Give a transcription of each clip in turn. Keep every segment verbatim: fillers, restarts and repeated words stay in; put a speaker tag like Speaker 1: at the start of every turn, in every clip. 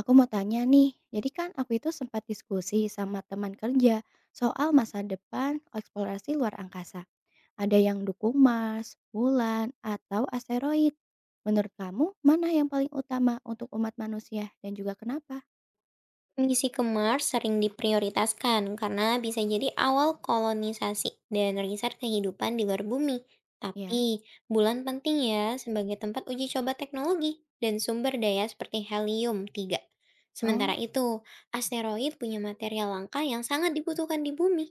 Speaker 1: Aku mau tanya nih, jadi kan aku itu sempat diskusi sama teman kerja soal masa depan eksplorasi luar angkasa. Ada yang dukung Mars, bulan, atau asteroid. Menurut kamu, mana yang paling utama untuk umat manusia dan juga kenapa?
Speaker 2: Misi ke Mars sering diprioritaskan karena bisa jadi awal kolonisasi dan riset kehidupan di luar bumi.
Speaker 1: Ya,
Speaker 2: Tapi, bulan penting ya sebagai tempat uji coba teknologi dan sumber daya seperti helium tiga. Sementara
Speaker 1: oh
Speaker 2: itu, asteroid punya material langka yang sangat dibutuhkan di bumi.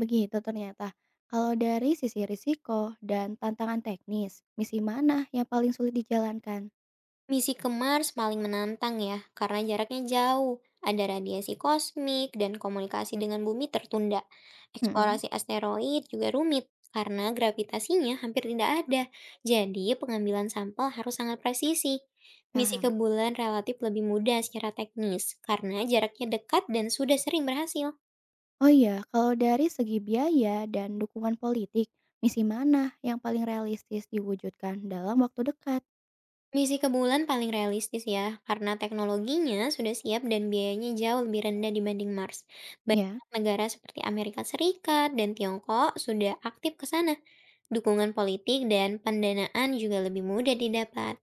Speaker 1: begitu ternyata. Kalau dari sisi risiko dan tantangan teknis, misi mana yang paling sulit dijalankan?
Speaker 2: Misi ke Mars paling menantang ya, karena jaraknya jauh, ada radiasi kosmik, dan komunikasi dengan bumi tertunda.
Speaker 1: Mm-mm,
Speaker 2: Eksplorasi asteroid juga rumit, karena gravitasinya hampir tidak ada. Jadi, pengambilan sampel harus sangat presisi. Misi ke
Speaker 1: paham.
Speaker 2: bulan relatif lebih mudah secara teknis, karena jaraknya dekat dan sudah sering berhasil.
Speaker 1: Oh iya, kalau dari segi biaya dan dukungan politik, misi mana yang paling realistis diwujudkan dalam waktu dekat?
Speaker 2: Misi ke bulan paling realistis ya, karena teknologinya sudah siap dan biayanya jauh lebih rendah dibanding Mars.
Speaker 1: Ya.
Speaker 2: Banyak negara seperti Amerika Serikat dan Tiongkok sudah aktif ke sana. Dukungan politik dan pendanaan juga lebih mudah didapat.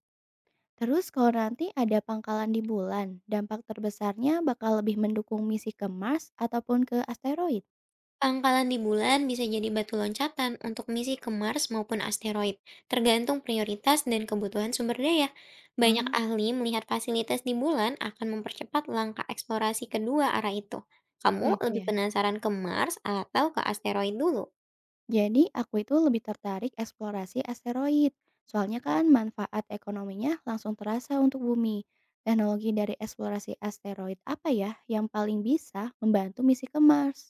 Speaker 1: Terus kalau nanti ada pangkalan di bulan, dampak terbesarnya bakal lebih mendukung misi ke Mars ataupun ke asteroid?
Speaker 2: Pangkalan di bulan bisa jadi batu loncatan untuk misi ke Mars maupun asteroid, tergantung prioritas dan kebutuhan sumber daya. Banyak
Speaker 1: Nah,
Speaker 2: ahli melihat fasilitas di bulan akan mempercepat langkah eksplorasi kedua arah itu. Kamu
Speaker 1: gitu
Speaker 2: lebih
Speaker 1: ya.
Speaker 2: penasaran ke Mars atau ke asteroid dulu?
Speaker 1: Jadi aku itu lebih tertarik eksplorasi asteroid. Soalnya kan manfaat ekonominya langsung terasa untuk bumi. Teknologi dari eksplorasi asteroid apa ya yang paling bisa membantu misi ke Mars?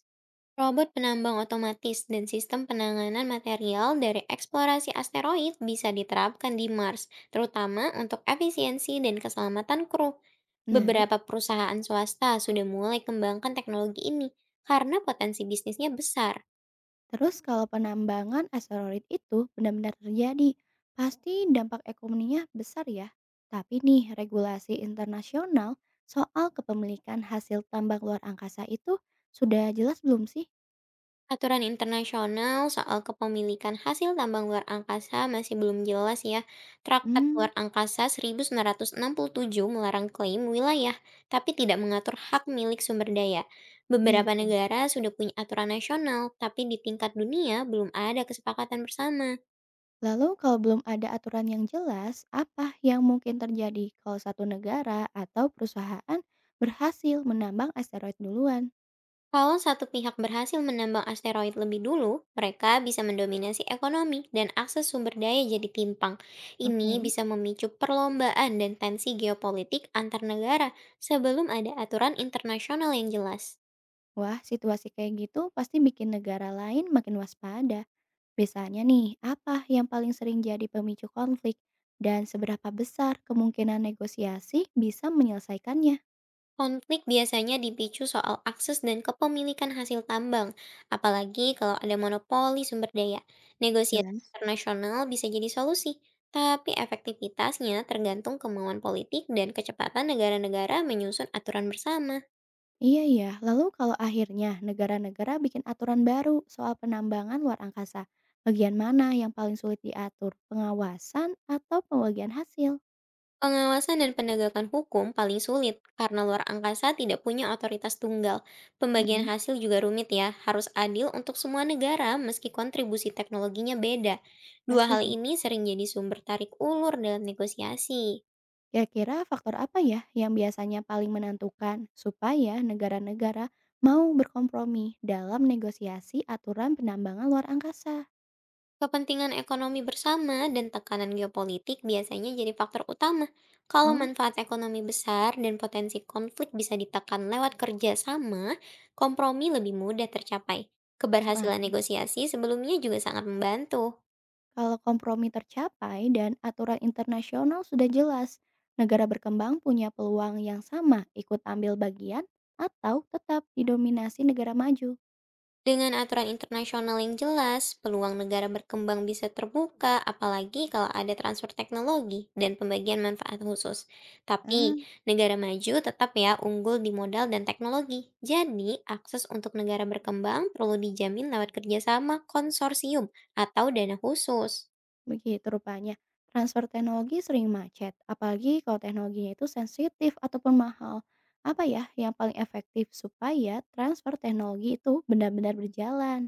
Speaker 2: Robot penambang otomatis dan sistem penanganan material dari eksplorasi asteroid bisa diterapkan di Mars, terutama untuk efisiensi dan keselamatan kru.
Speaker 1: Menarik.
Speaker 2: Beberapa perusahaan swasta sudah mulai kembangkan teknologi ini karena potensi bisnisnya besar.
Speaker 1: Terus kalau penambangan asteroid itu benar-benar terjadi, pasti dampak ekonominya besar ya. Tapi nih, regulasi internasional soal kepemilikan hasil tambang luar angkasa itu sudah jelas belum sih?
Speaker 2: Aturan internasional soal kepemilikan hasil tambang luar angkasa masih belum jelas ya. Traktat luar
Speaker 1: Hmm,
Speaker 2: angkasa seribu sembilan ratus enam puluh tujuh melarang klaim wilayah, tapi tidak mengatur hak milik sumber daya. Beberapa
Speaker 1: gitu.
Speaker 2: negara sudah punya aturan nasional, tapi di tingkat dunia belum ada kesepakatan bersama.
Speaker 1: Lalu kalau belum ada aturan yang jelas, apa yang mungkin terjadi kalau satu negara atau perusahaan berhasil menambang asteroid duluan?
Speaker 2: Kalau satu pihak berhasil menambang asteroid lebih dulu, mereka bisa mendominasi ekonomi dan akses sumber daya jadi timpang. Ini
Speaker 1: Oke.
Speaker 2: bisa memicu perlombaan dan tensi geopolitik antar negara sebelum ada aturan internasional yang jelas.
Speaker 1: Wah, situasi kayak gitu pasti bikin negara lain makin waspada. Misalnya nih, apa yang paling sering jadi pemicu konflik dan seberapa besar kemungkinan negosiasi bisa menyelesaikannya?
Speaker 2: Konflik biasanya dipicu soal akses dan kepemilikan hasil tambang, apalagi kalau ada monopoli sumber daya. Negosiasi
Speaker 1: Jelas.
Speaker 2: internasional bisa jadi solusi, tapi efektivitasnya tergantung kemauan politik dan kecepatan negara-negara menyusun aturan bersama.
Speaker 1: Iya ya, lalu kalau akhirnya negara-negara bikin aturan baru soal penambangan luar angkasa, bagian mana yang paling sulit diatur? Pengawasan atau pembagian hasil?
Speaker 2: Pengawasan dan penegakan hukum paling sulit karena luar angkasa tidak punya otoritas tunggal. Pembagian
Speaker 1: Mm-mm,
Speaker 2: hasil juga rumit ya, harus adil untuk semua negara meski kontribusi teknologinya beda. Dua
Speaker 1: pasti
Speaker 2: hal
Speaker 1: sih.
Speaker 2: ini sering jadi sumber tarik ulur dalam negosiasi.
Speaker 1: Kira-kira faktor apa ya yang biasanya paling menentukan supaya negara-negara mau berkompromi dalam negosiasi aturan penambangan luar angkasa?
Speaker 2: Kepentingan ekonomi bersama dan tekanan geopolitik biasanya jadi faktor utama. Kalau
Speaker 1: Oh,
Speaker 2: manfaat ekonomi besar dan potensi konflik bisa ditekan lewat kerjasama, kompromi lebih mudah tercapai.
Speaker 1: masuk
Speaker 2: Keberhasilan
Speaker 1: akal.
Speaker 2: negosiasi sebelumnya juga sangat membantu.
Speaker 1: Kalau kompromi tercapai dan aturan internasional sudah jelas, negara berkembang punya peluang yang sama ikut ambil bagian atau tetap didominasi negara maju.
Speaker 2: Dengan aturan internasional yang jelas, peluang negara berkembang bisa terbuka, apalagi kalau ada transfer teknologi dan pembagian manfaat khusus. Tapi,
Speaker 1: Ah,
Speaker 2: negara maju tetap ya unggul di modal dan teknologi. Jadi, akses untuk negara berkembang perlu dijamin lewat kerjasama konsorsium atau dana khusus.
Speaker 1: begitu rupanya. Transfer teknologi sering macet, apalagi kalau teknologinya itu sensitif ataupun mahal. Apa ya yang paling efektif supaya transfer teknologi itu benar-benar berjalan?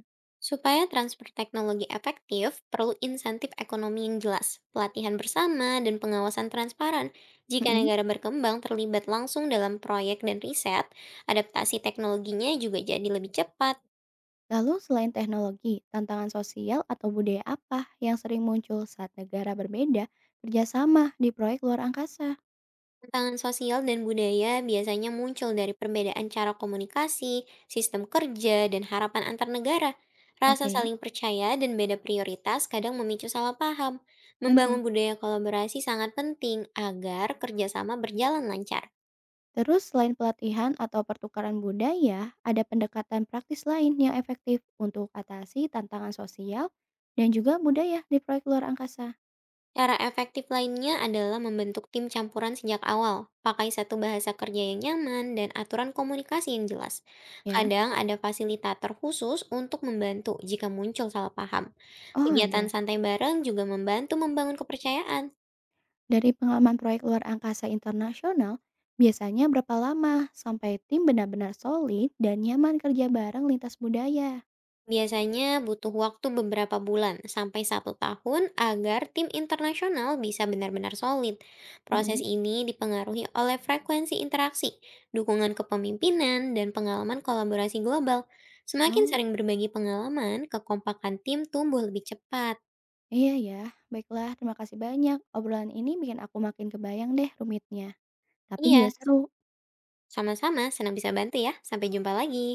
Speaker 2: Supaya transfer teknologi efektif, perlu insentif ekonomi yang jelas, pelatihan bersama, dan pengawasan transparan. Jika
Speaker 1: Mm-mm.
Speaker 2: negara berkembang terlibat langsung dalam proyek dan riset, adaptasi teknologinya juga jadi lebih cepat.
Speaker 1: Lalu selain teknologi, tantangan sosial atau budaya apa yang sering muncul saat negara berbeda kerjasama di proyek luar angkasa?
Speaker 2: Tantangan sosial dan budaya biasanya muncul dari perbedaan cara komunikasi, sistem kerja, dan harapan antar negara. Rasa
Speaker 1: Oke,
Speaker 2: saling percaya dan beda prioritas kadang memicu salah paham. Membangun
Speaker 1: tentu.
Speaker 2: budaya kolaborasi sangat penting agar kerjasama berjalan lancar.
Speaker 1: Terus selain pelatihan atau pertukaran budaya, ada pendekatan praktis lain yang efektif untuk atasi tantangan sosial dan juga budaya di proyek luar angkasa,
Speaker 2: Cara efektif lainnya adalah membentuk tim campuran sejak awal, pakai satu bahasa kerja yang nyaman, dan aturan komunikasi yang jelas.
Speaker 1: ya?
Speaker 2: Kadang ada fasilitator khusus untuk membantu jika muncul salah paham.
Speaker 1: Oh
Speaker 2: Kegiatan
Speaker 1: ada.
Speaker 2: santai bareng juga membantu membangun kepercayaan.
Speaker 1: Dari pengalaman proyek luar angkasa internasional, biasanya berapa lama sampai tim benar-benar solid dan nyaman kerja bareng lintas budaya?
Speaker 2: Biasanya butuh waktu beberapa bulan sampai satu tahun agar tim internasional bisa benar-benar solid. Proses
Speaker 1: Mm-mm.
Speaker 2: ini dipengaruhi oleh frekuensi interaksi, dukungan kepemimpinan, dan pengalaman kolaborasi global. Semakin
Speaker 1: Oh,
Speaker 2: sering berbagi pengalaman, kekompakan tim tumbuh lebih cepat.
Speaker 1: iya ya. Baiklah, terima kasih banyak. Obrolan ini bikin aku makin kebayang deh rumitnya, tapi juga
Speaker 2: Iya,
Speaker 1: seru.
Speaker 2: sama-sama senang bisa bantu ya. Sampai jumpa lagi.